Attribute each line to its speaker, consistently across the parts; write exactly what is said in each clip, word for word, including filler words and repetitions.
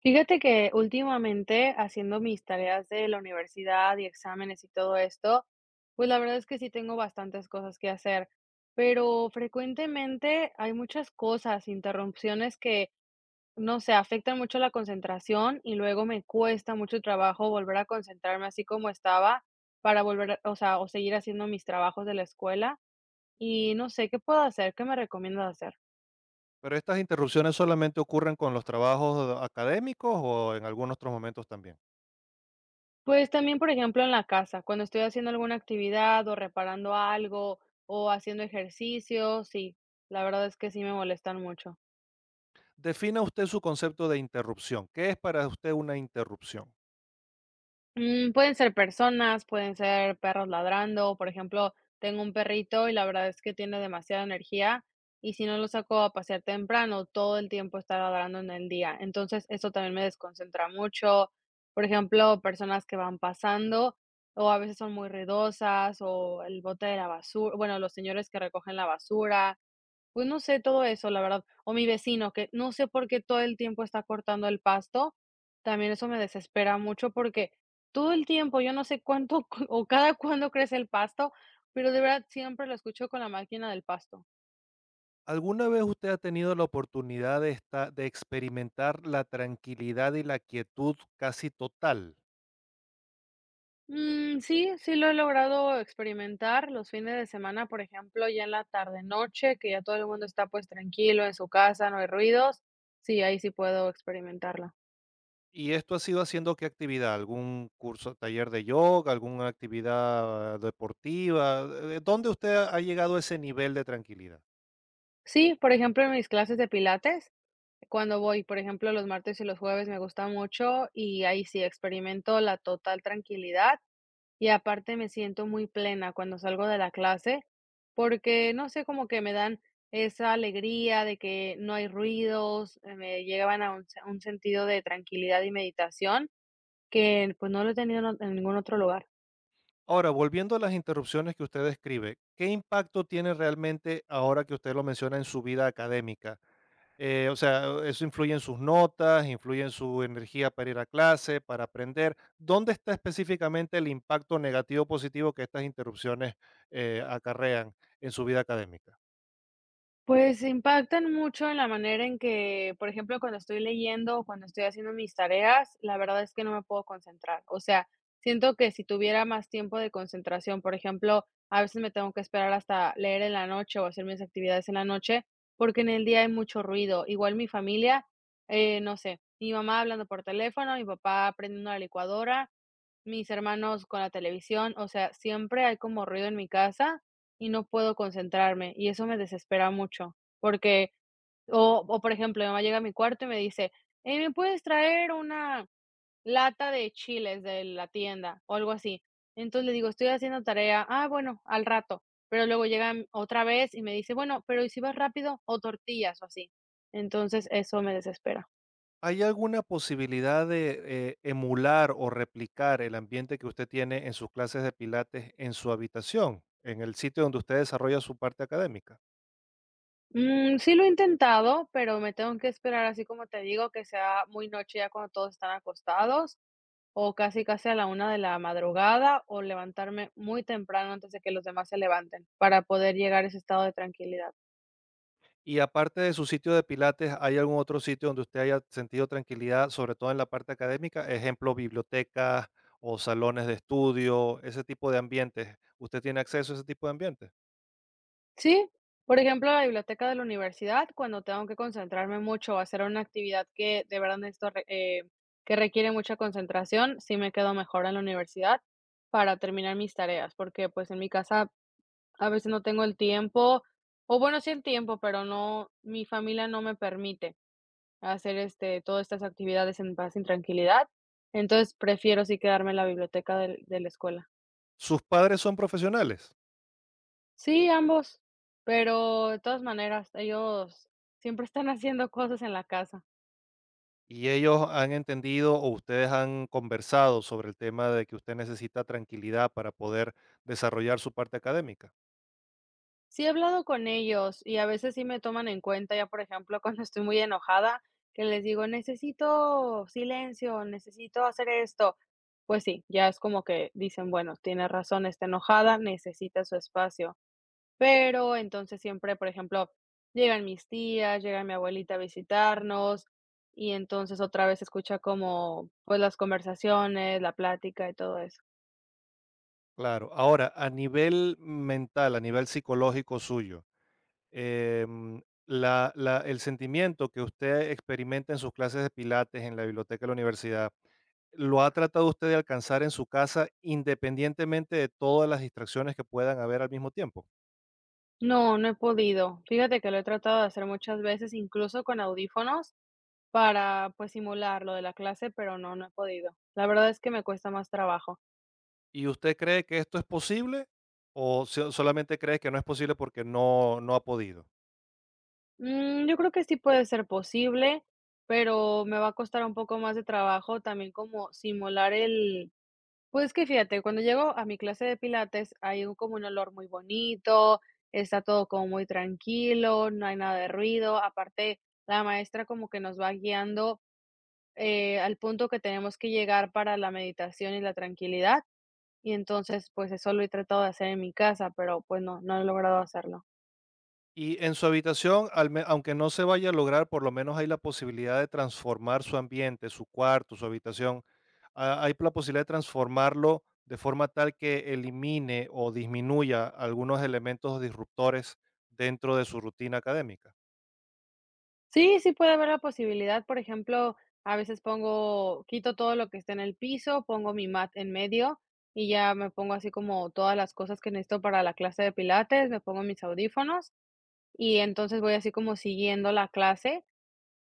Speaker 1: Fíjate que últimamente haciendo mis tareas de la universidad y exámenes y todo esto, pues la verdad es que sí tengo bastantes cosas que hacer, pero frecuentemente hay muchas cosas, interrupciones que, no sé, afectan mucho la concentración y luego me cuesta mucho trabajo volver a concentrarme así como estaba para volver, a- o sea, o seguir haciendo mis trabajos de la escuela y no sé qué puedo hacer, qué me recomiendas hacer.
Speaker 2: ¿Pero estas interrupciones solamente ocurren con los trabajos académicos o en algunos otros momentos también?
Speaker 1: Pues también, por ejemplo, en la casa, cuando estoy haciendo alguna actividad o reparando algo o haciendo ejercicio, sí, la verdad es que sí me molestan mucho.
Speaker 2: Defina usted su concepto de interrupción. ¿Qué es para usted una interrupción?
Speaker 1: Mm, pueden ser personas, pueden ser perros ladrando. Por ejemplo, tengo un perrito y la verdad es que tiene demasiada energía y si no lo saco a pasear temprano, todo el tiempo está ladrando en el día. Entonces, eso también me desconcentra mucho. Por ejemplo, personas que van pasando o a veces son muy ruidosas o el bote de la basura, bueno, los señores que recogen la basura. Pues no sé, todo eso, la verdad. O mi vecino, que no sé por qué todo el tiempo está cortando el pasto. También eso me desespera mucho porque todo el tiempo, yo no sé cuánto cu- o cada cuándo crece el pasto, pero de verdad siempre lo escucho con la máquina del pasto.
Speaker 2: ¿Alguna vez usted ha tenido la oportunidad de, esta- de experimentar la tranquilidad y la quietud casi total?
Speaker 1: Mm, sí, sí lo he logrado experimentar los fines de semana, por ejemplo, ya en la tarde noche, que ya todo el mundo está pues tranquilo en su casa, no hay ruidos. Sí, ahí sí puedo experimentarlo.
Speaker 2: ¿Y esto ha sido haciendo qué actividad? ¿Algún curso, taller de yoga, alguna actividad deportiva? ¿De- de dónde usted ha llegado a ese nivel de tranquilidad?
Speaker 1: Sí, por ejemplo, en mis clases de pilates. Cuando voy, por ejemplo, los martes y los jueves me gusta mucho y ahí sí experimento la total tranquilidad y aparte me siento muy plena cuando salgo de la clase porque no sé, como que me dan esa alegría de que no hay ruidos, eh, me llegaban a un, se- un sentido de tranquilidad y meditación que pues no lo he tenido en o- en ningún otro lugar.
Speaker 2: Ahora, volviendo a las interrupciones que usted describe, ¿qué impacto tiene realmente ahora que usted lo menciona en su vida académica? Eh, o sea, eh, ¿eso influye en sus notas, influye en su energía para ir a clase, para aprender? ¿Dónde está específicamente el impacto negativo o positivo que estas interrupciones eh, acarrean en su vida académica?
Speaker 1: Pues impactan mucho en la manera en que, por ejemplo, cuando estoy leyendo o cuando estoy haciendo mis tareas, la verdad es que no me puedo concentrar. O sea, siento que si tuviera más tiempo de concentración, por ejemplo, a veces me tengo que esperar hasta leer en la noche o hacer mis actividades en la noche, porque en el día hay mucho ruido. Igual mi familia, eh, no sé, mi mamá hablando por teléfono, mi papá prendiendo la licuadora, mis hermanos con la televisión, o sea, siempre hay como ruido en mi casa y no puedo concentrarme, y eso me desespera mucho, porque o o, por ejemplo, mi mamá llega a mi cuarto y me dice: "Hey, ¿me puedes traer una lata de chiles de la tienda?", o algo así. Entonces, le digo: "Estoy haciendo tarea", "Ah, bueno, al rato", pero luego llegan otra vez y me dice: "Bueno, pero, ¿y si vas rápido?", o tortillas o así. Entonces, eso me desespera.
Speaker 2: ¿Hay alguna posibilidad de eh, emular o replicar el ambiente que usted tiene en sus clases de pilates en su habitación, en el sitio donde usted desarrolla su parte académica?
Speaker 1: Mm, sí lo he intentado, pero me tengo que esperar, así como te digo, que sea muy noche, ya cuando todos están acostados, o casi, casi a la una de la madrugada, o levantarme muy temprano antes de que los demás se levanten, para poder llegar a ese estado de tranquilidad.
Speaker 2: Y aparte de su sitio de pilates, ¿hay algún otro sitio donde usted haya sentido tranquilidad, sobre todo en la parte académica? Ejemplo, bibliotecas o salones de estudio, ese tipo de ambientes. ¿Usted tiene acceso a ese tipo de ambientes?
Speaker 1: Sí, por ejemplo, la biblioteca de la universidad, cuando tengo que concentrarme mucho o hacer una actividad que de verdad necesito re eh, que requiere mucha concentración, sí me quedo mejor en la universidad para terminar mis tareas, porque, pues, en mi casa a veces no tengo el tiempo, o bueno, sí el tiempo, pero no mi familia no me permite hacer, este, todas estas actividades en paz y tranquilidad. Entonces, prefiero sí quedarme en la biblioteca del de la escuela.
Speaker 2: Sus padres son profesionales
Speaker 1: Sí, ambos, pero de todas maneras, ellos siempre están haciendo cosas en la casa.
Speaker 2: y ellos han entendido o ustedes han conversado sobre el tema de que usted necesita tranquilidad para poder desarrollar su parte académica.
Speaker 1: Sí he hablado con ellos y a veces sí me toman en cuenta, ya por ejemplo, cuando estoy muy enojada, que les digo: "Necesito silencio, necesito hacer esto". Pues sí, ya es como que dicen: "Bueno, tienes razón, está enojada, necesita su espacio". Pero entonces siempre, por ejemplo, llegan mis tías, llega mi abuelita a visitarnos y entonces otra vez se escucha como, pues, las conversaciones, la plática y todo eso.
Speaker 2: Claro. Ahora, a nivel mental, a nivel psicológico suyo, em, la- la- el sentimiento que usted experimenta en sus clases de pilates en la biblioteca de la universidad, ¿lo ha tratado usted de alcanzar en su casa independientemente de todas las distracciones que puedan haber al mismo tiempo?
Speaker 1: No, no he podido. Fíjate que lo he tratado de hacer muchas veces, incluso con audífonos, para, pues, simular lo de la clase, pero no, no he podido. La verdad es que me cuesta más trabajo.
Speaker 2: ¿Y usted cree que esto es posible o so- solamente cree que no es posible porque no, no ha podido?
Speaker 1: Mm, yo creo que sí puede ser posible, pero me va a costar un poco más de trabajo también como simular el. Pues que fíjate, cuando llego a mi clase de pilates hay un como un olor muy bonito, está todo como muy tranquilo, no hay nada de ruido. Aparte, la maestra como que nos va guiando eh, al punto que tenemos que llegar para la meditación y la tranquilidad. Y entonces, pues eso lo he tratado de hacer en mi casa, pero pues no, no he logrado hacerlo.
Speaker 2: Y en su habitación, al me- aunque no se vaya a lograr, por lo menos hay la posibilidad de transformar su ambiente, su cuarto, su habitación. Ah, hay la posibilidad de transformarlo de forma tal que elimine o disminuya algunos elementos disruptores dentro de su rutina académica.
Speaker 1: Sí, sí puede haber la posibilidad, por ejemplo, a veces pongo quito todo lo que está en el piso, pongo mi mat en medio y ya me pongo así como todas las cosas que necesito para la clase de pilates, me pongo mis audífonos y entonces voy así como siguiendo la clase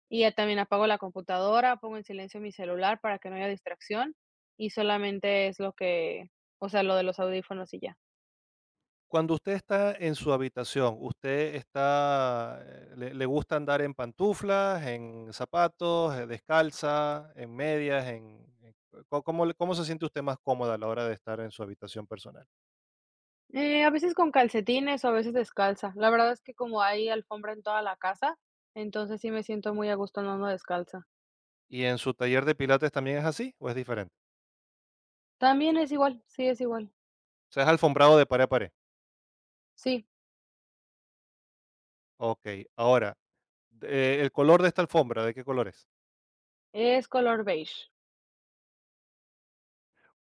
Speaker 1: y ya también apago la computadora, pongo en silencio mi celular para que no haya distracción y solamente es lo que, o sea, lo de los audífonos y ya.
Speaker 2: Cuando usted está en su habitación, ¿usted está, eh, le, le gusta andar en pantuflas, en zapatos, eh, descalza, en medias, en, en- co- cómo, le- cómo se siente usted más cómoda a la hora de estar en su habitación personal?
Speaker 1: Eh, a veces con calcetines o a veces descalza. La verdad es que como hay alfombra en toda la casa, entonces sí me siento muy a gusto andando descalza.
Speaker 2: ¿Y en su taller de pilates también es así o es diferente?
Speaker 1: También es igual, sí es igual.
Speaker 2: O sea, es alfombrado de pared a pared.
Speaker 1: Sí,
Speaker 2: Ok, ahora, de- eh, el color de esta alfombra, ¿de qué color es?
Speaker 1: es color beige.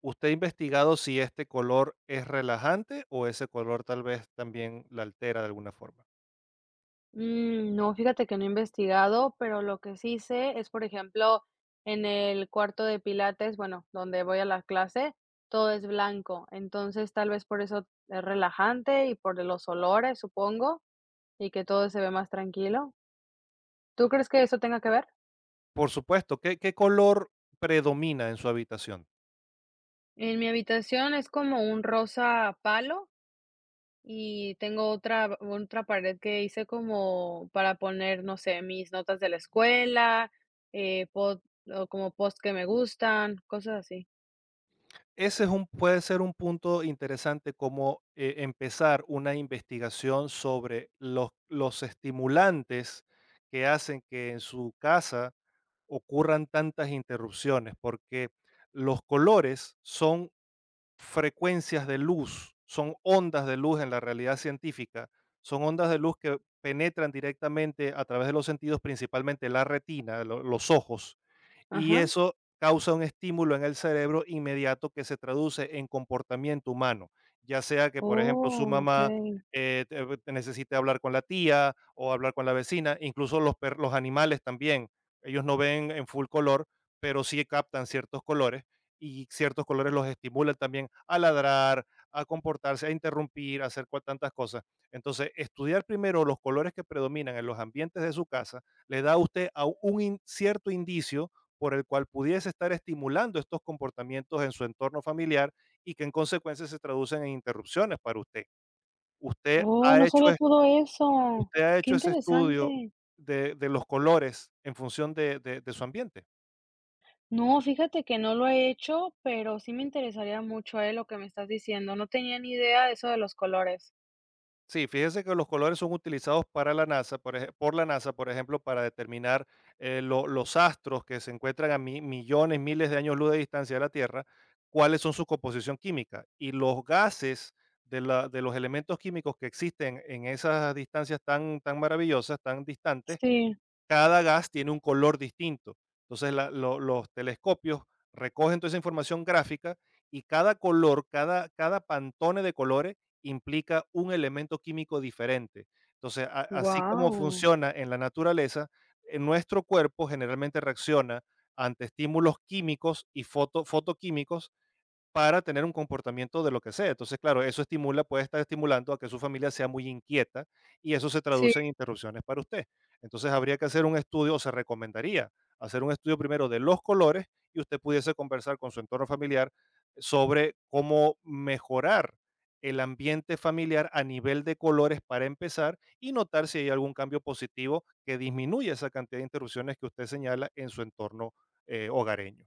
Speaker 2: ¿Usted ha investigado si este color es relajante o ese color tal vez también la altera de alguna forma?
Speaker 1: Mm, no, fíjate que no he investigado, pero lo que sí sé es, por ejemplo, en el cuarto de pilates, bueno, donde voy a la clase, todo es blanco. Entonces tal vez por eso es relajante y por los olores, supongo, y que todo se ve más tranquilo. ¿Tú crees que eso tenga que ver?
Speaker 2: Por supuesto, ¿qué, ¿qué color predomina en su habitación?
Speaker 1: En mi habitación es como un rosa palo y tengo otra, otra pared que hice como para poner, no sé, mis notas de la escuela, eh, pod- o como post que me gustan, cosas así.
Speaker 2: Ese es un, puede ser un punto interesante como, eh, empezar una investigación sobre los los estimulantes que hacen que en su casa ocurran tantas interrupciones, porque los colores son frecuencias de luz, son ondas de luz en la realidad científica, son ondas de luz que penetran directamente a través de los sentidos, principalmente la retina, lo los ojos, y
Speaker 1: Ajá.
Speaker 2: eso causa un estímulo en el cerebro inmediato que se traduce en comportamiento humano, ya sea que, por ejemplo, su
Speaker 1: Oh, ok.
Speaker 2: mamá eh, te- te necesite hablar con la tía o hablar con la vecina, incluso los, per- los animales también, ellos no ven en full color, pero sí captan ciertos colores y ciertos colores los estimulan también a ladrar, a comportarse, a interrumpir, a hacer cual tantas cosas. Entonces, estudiar primero los colores que predominan en los ambientes de su casa le da a usted a un in- cierto indicio por el cual pudiese estar estimulando estos comportamientos en su entorno familiar y que en consecuencia se traducen en interrupciones para usted. Usted
Speaker 1: Oh,
Speaker 2: ha
Speaker 1: no
Speaker 2: hecho,
Speaker 1: sabía
Speaker 2: es-
Speaker 1: todo eso.
Speaker 2: usted ha
Speaker 1: Qué
Speaker 2: hecho ese estudio
Speaker 1: interesante.
Speaker 2: de, de los colores en función de de- de su ambiente.
Speaker 1: No, fíjate que no lo he hecho, pero sí me interesaría mucho, eh, lo que me estás diciendo. No tenía ni idea de eso de los colores.
Speaker 2: Sí, fíjese que los colores son utilizados para la NASA, por, ej- por la NASA, por ejemplo, para determinar eh, lo- los astros que se encuentran a mi- millones, miles de años luz de distancia de la Tierra, cuáles son su composición química. Y los gases de, la- de los elementos químicos que existen en esas distancias tan, tan maravillosas, tan distantes,
Speaker 1: Sí.
Speaker 2: cada gas tiene un color distinto. Entonces la- lo- los telescopios recogen toda esa información gráfica y cada color, cada, cada pantone de colores implica un elemento químico diferente. Entonces, a- así como
Speaker 1: Wow.
Speaker 2: funciona en la naturaleza, en nuestro cuerpo generalmente reacciona ante estímulos químicos y foto- fotoquímicos para tener un comportamiento de lo que sea. Entonces, claro, eso estimula, puede estar estimulando a que su familia sea muy inquieta y eso se traduce en interrupciones para usted. Entonces, habría que hacer un estudio, o se recomendaría hacer un estudio primero de los colores y usted pudiese conversar con su entorno familiar sobre cómo mejorar el ambiente familiar a nivel de colores para empezar y notar si hay algún cambio positivo que disminuya esa cantidad de interrupciones que usted señala en su entorno eh, hogareño.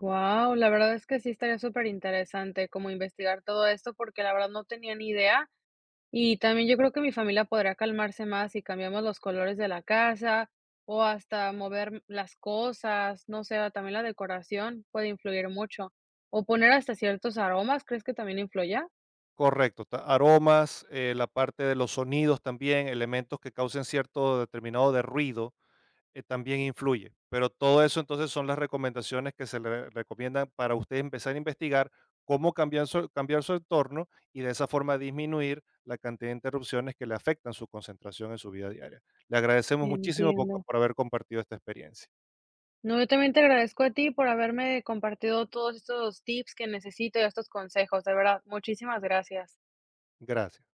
Speaker 1: Wow, la verdad es que sí estaría súper interesante como investigar todo esto, porque la verdad no tenía ni idea. Y también yo creo que mi familia podría calmarse más si cambiamos los colores de la casa o hasta mover las cosas, no sé, también la decoración puede influir mucho. O poner hasta ciertos aromas, ¿crees que también influya?
Speaker 2: Correcto, ta- aromas, eh, la parte de los sonidos también, elementos que causen cierto determinado de ruido, eh, también influye. Pero todo eso entonces son las recomendaciones que se le recomiendan para usted empezar a investigar cómo cambiar su, cambiar su entorno y de esa forma disminuir la cantidad de interrupciones que le afectan su concentración en su vida diaria. Le agradecemos muchísimo por
Speaker 1: Entiendo.
Speaker 2: por haber compartido esta experiencia.
Speaker 1: No, yo también te agradezco a ti por haberme compartido todos estos tips que necesito y estos consejos, de verdad, muchísimas gracias.
Speaker 2: Gracias.